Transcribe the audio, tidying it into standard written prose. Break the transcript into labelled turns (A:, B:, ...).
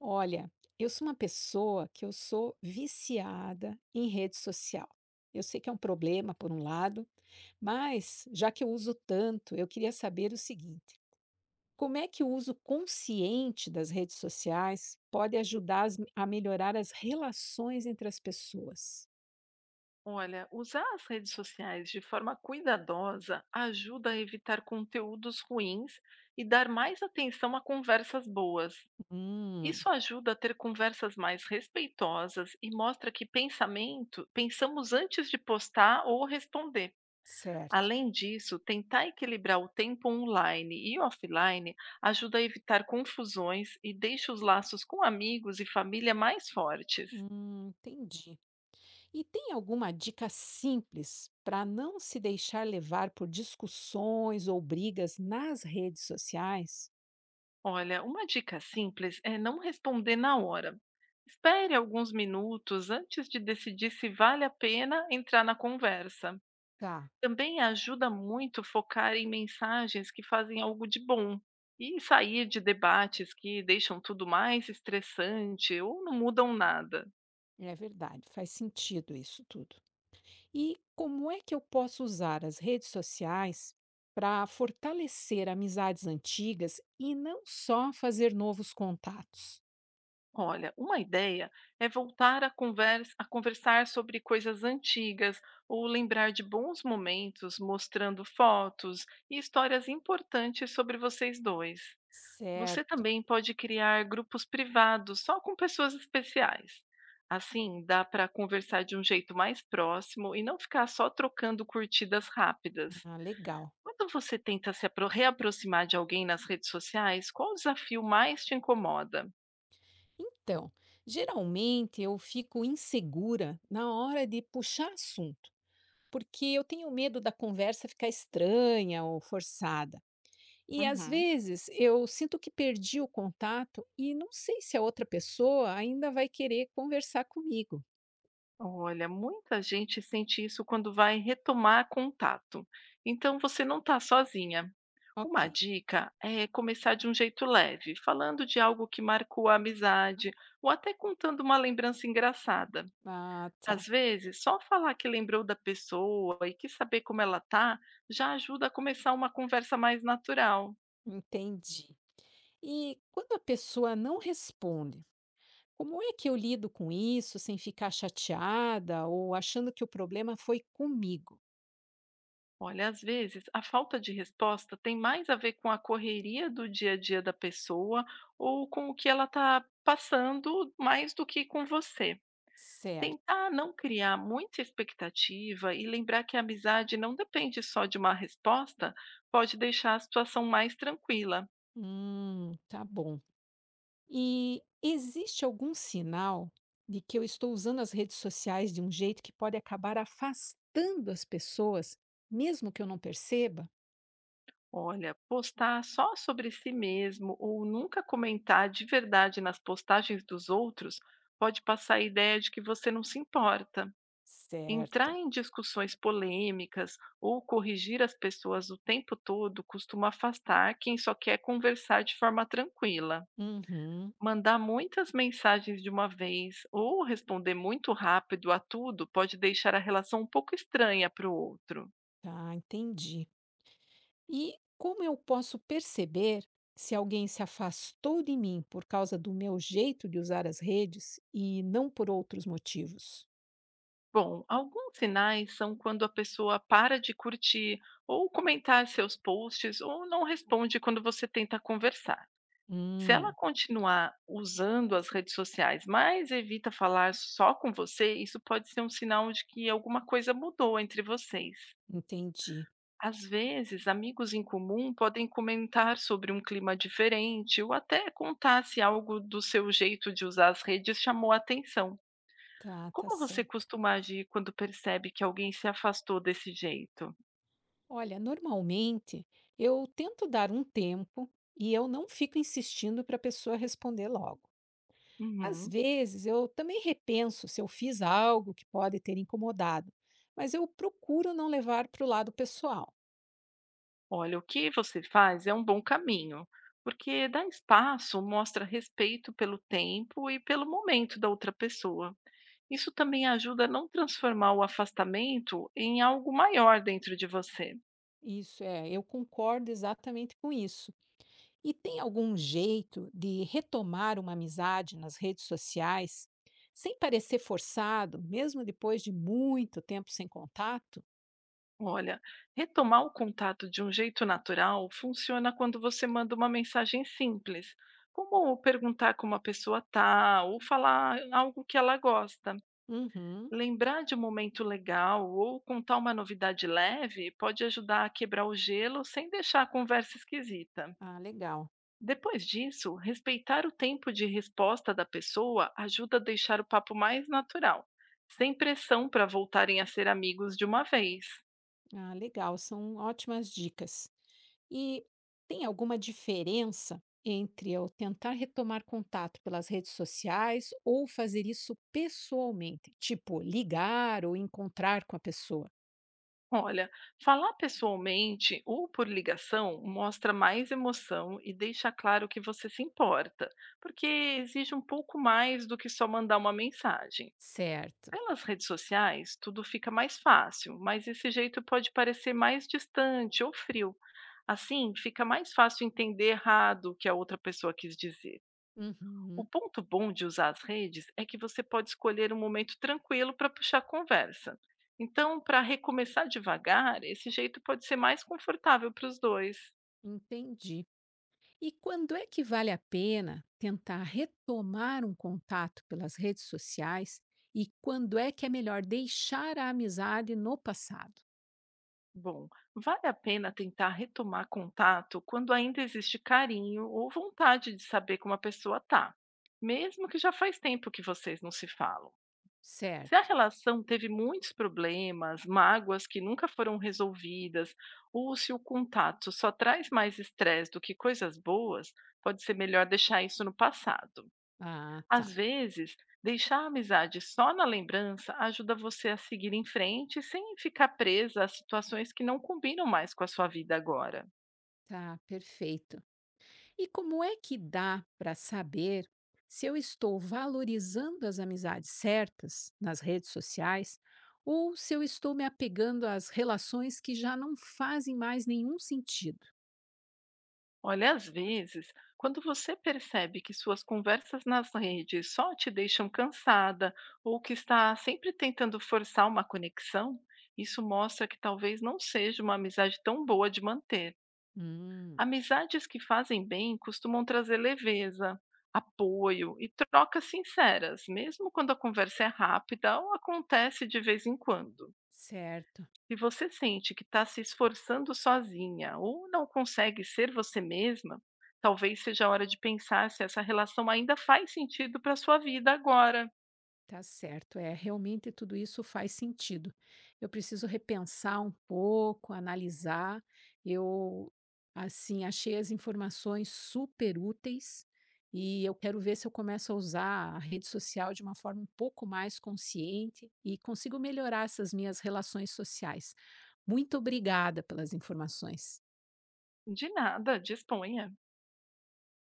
A: Olha, eu sou uma pessoa que eu sou viciada em rede social. Eu sei que é um problema por um lado, mas já que eu uso tanto, eu queria saber o seguinte: como é que o uso consciente das redes sociais pode ajudar a melhorar as relações entre as pessoas?
B: Olha, usar as redes sociais de forma cuidadosa ajuda a evitar conteúdos ruins e dar mais atenção a conversas boas.
A: Hum,
B: Isso ajuda a ter conversas mais respeitosas e mostra que pensamento pensamos antes de postar ou responder.
A: certo.
B: Além disso, tentar equilibrar o tempo online e offline ajuda a evitar confusões e deixa os laços com amigos e família mais fortes.
A: Entendi. E tem alguma dica simples para não se deixar levar por discussões ou brigas nas redes sociais?
B: Olha, uma dica simples é não responder na hora. Espere alguns minutos antes de decidir se vale a pena entrar na conversa.
A: Tá,
B: Também ajuda muito focar em mensagens que fazem algo de bom e sair de debates que deixam tudo mais estressante ou não mudam nada.
A: é verdade, faz sentido isso tudo. E como é que eu posso usar as redes sociais para fortalecer amizades antigas e não só fazer novos contatos?
B: Olha, uma ideia é voltar a conversar sobre coisas antigas ou lembrar de bons momentos, mostrando fotos e histórias importantes sobre vocês dois. Você
A: Certo,
B: também pode criar grupos privados só com pessoas especiais. Assim, dá para conversar de um jeito mais próximo e não ficar só trocando curtidas rápidas.
A: ah, legal.
B: Quando você tenta se apro- reaproximar de alguém nas redes sociais, qual o desafio mais te incomoda?
A: Então, geralmente eu fico insegura na hora de puxar assunto, porque eu tenho medo da conversa ficar estranha ou forçada. E às
B: Uhum.
A: vezes eu sinto que perdi o contato e não sei se a outra pessoa ainda vai querer conversar comigo.
B: Olha, muita gente sente isso quando vai retomar contato. Então você não está sozinha.
A: Ok.
B: Uma dica é começar de um jeito leve, falando de algo que marcou a amizade ou até contando uma lembrança engraçada.
A: Ah, tá.
B: Às vezes, só falar que lembrou da pessoa e que saber como ela tá já ajuda a começar uma conversa mais natural.
A: Entendi. E quando a pessoa não responde, como é que eu lido com isso sem ficar chateada ou achando que o problema foi comigo?
B: Olha, às vezes a falta de resposta tem mais a ver com a correria do dia a dia da pessoa ou com o que ela está passando, mais do que com você.
A: Certo.
B: Tentar não criar muita expectativa e lembrar que a amizade não depende só de uma resposta pode deixar a situação mais tranquila.
A: Tá bom. E existe algum sinal de que eu estou usando as redes sociais de um jeito que pode acabar afastando as pessoas, mesmo que eu não perceba?
B: Olha, postar só sobre si mesmo ou nunca comentar de verdade nas postagens dos outros pode passar a ideia de que você não se importa.
A: Certo.
B: Entrar em discussões polêmicas ou corrigir as pessoas o tempo todo costuma afastar quem só quer conversar de forma tranquila.
A: Uhum.
B: Mandar muitas mensagens de uma vez ou responder muito rápido a tudo pode deixar a relação um pouco estranha para o outro.
A: Tá, entendi. E como eu posso perceber se alguém se afastou de mim por causa do meu jeito de usar as redes e não por outros motivos?
B: Bom, alguns sinais são quando a pessoa para de curtir ou comentar seus posts, ou não responde quando você tenta conversar. Se ela
A: Hum,
B: continuar usando as redes sociais, mas evita falar só com você, isso pode ser um sinal de que alguma coisa mudou entre vocês.
A: entendi.
B: Às vezes, amigos em comum podem comentar sobre um clima diferente ou até contar se algo do seu jeito de usar as redes chamou a atenção.
A: Tá, tá
B: Como você
A: certo.
B: costuma agir quando percebe que alguém se afastou desse jeito?
A: Olha, normalmente eu tento dar um tempo e eu não fico insistindo para a pessoa responder logo. Às
B: Uhum.
A: vezes eu também repenso se eu fiz algo que pode ter incomodado, mas eu procuro não levar para o lado pessoal.
B: Olha, o que você faz é um bom caminho, porque dar espaço mostra respeito pelo tempo e pelo momento da outra pessoa. Isso também ajuda a não transformar o afastamento em algo maior dentro de você.
A: Isso é, eu concordo exatamente com isso. E tem algum jeito de retomar uma amizade nas redes sociais sem parecer forçado, mesmo depois de muito tempo sem contato?
B: Olha, retomar o contato de um jeito natural funciona quando você manda uma mensagem simples, como perguntar como a pessoa está ou falar algo que ela gosta.
A: Uhum.
B: Lembrar de um momento legal ou contar uma novidade leve pode ajudar a quebrar o gelo sem deixar a conversa esquisita.
A: Ah, legal.
B: Depois disso, respeitar o tempo de resposta da pessoa ajuda a deixar o papo mais natural, sem pressão para voltarem a ser amigos de uma vez.
A: Ah, legal, são ótimas dicas. E tem alguma diferença entre eu tentar retomar contato pelas redes sociais ou fazer isso pessoalmente? Tipo, ligar ou encontrar com a pessoa?
B: Olha, falar pessoalmente ou por ligação mostra mais emoção e deixa claro que você se importa, porque exige um pouco mais do que só mandar uma mensagem.
A: Certo.
B: Pelas redes sociais, tudo fica mais fácil, mas esse jeito pode parecer mais distante ou frio. Assim, fica mais fácil entender errado o que a outra pessoa quis dizer. O
A: Uhum,
B: ponto bom de usar as redes é que você pode escolher um momento tranquilo para puxar a conversa. Então, para recomeçar devagar, esse jeito pode ser mais confortável para os dois.
A: entendi. E quando é que vale a pena tentar retomar um contato pelas redes sociais? E quando é que é melhor deixar a amizade no passado?
B: Bom, vale a pena tentar retomar contato quando ainda existe carinho ou vontade de saber como a pessoa está, mesmo que já faz tempo que vocês não se falam. Se a
A: Certo.
B: relação teve muitos problemas, mágoas que nunca foram resolvidas, ou se o contato só traz mais estresse do que coisas boas, pode ser melhor deixar isso no passado.
A: Ah,
B: Às
A: tá.
B: vezes, deixar a amizade só na lembrança ajuda você a seguir em frente sem ficar presa a situações que não combinam mais com a sua vida agora.
A: Tá, perfeito. E como é que dá para saber se eu estou valorizando as amizades certas nas redes sociais ou se eu estou me apegando às relações que já não fazem mais nenhum sentido?
B: Olha, às vezes, quando você percebe que suas conversas nas redes só te deixam cansada ou que está sempre tentando forçar uma conexão, isso mostra que talvez não seja uma amizade tão boa de manter.
A: Hum,
B: Amizades que fazem bem costumam trazer leveza, apoio e trocas sinceras, mesmo quando a conversa é rápida ou acontece de vez em quando.
A: Certo.
B: Se você sente que está se esforçando sozinha ou não consegue ser você mesma, talvez seja a hora de pensar se essa relação ainda faz sentido para sua vida agora.
A: Tá certo, é realmente tudo isso faz sentido. Eu preciso repensar um pouco, analisar. Eu, assim, achei as informações super úteis e eu quero ver se eu começo a usar a rede social de uma forma um pouco mais consciente e consigo melhorar essas minhas relações sociais. Muito obrigada pelas informações.
B: De nada, disponha.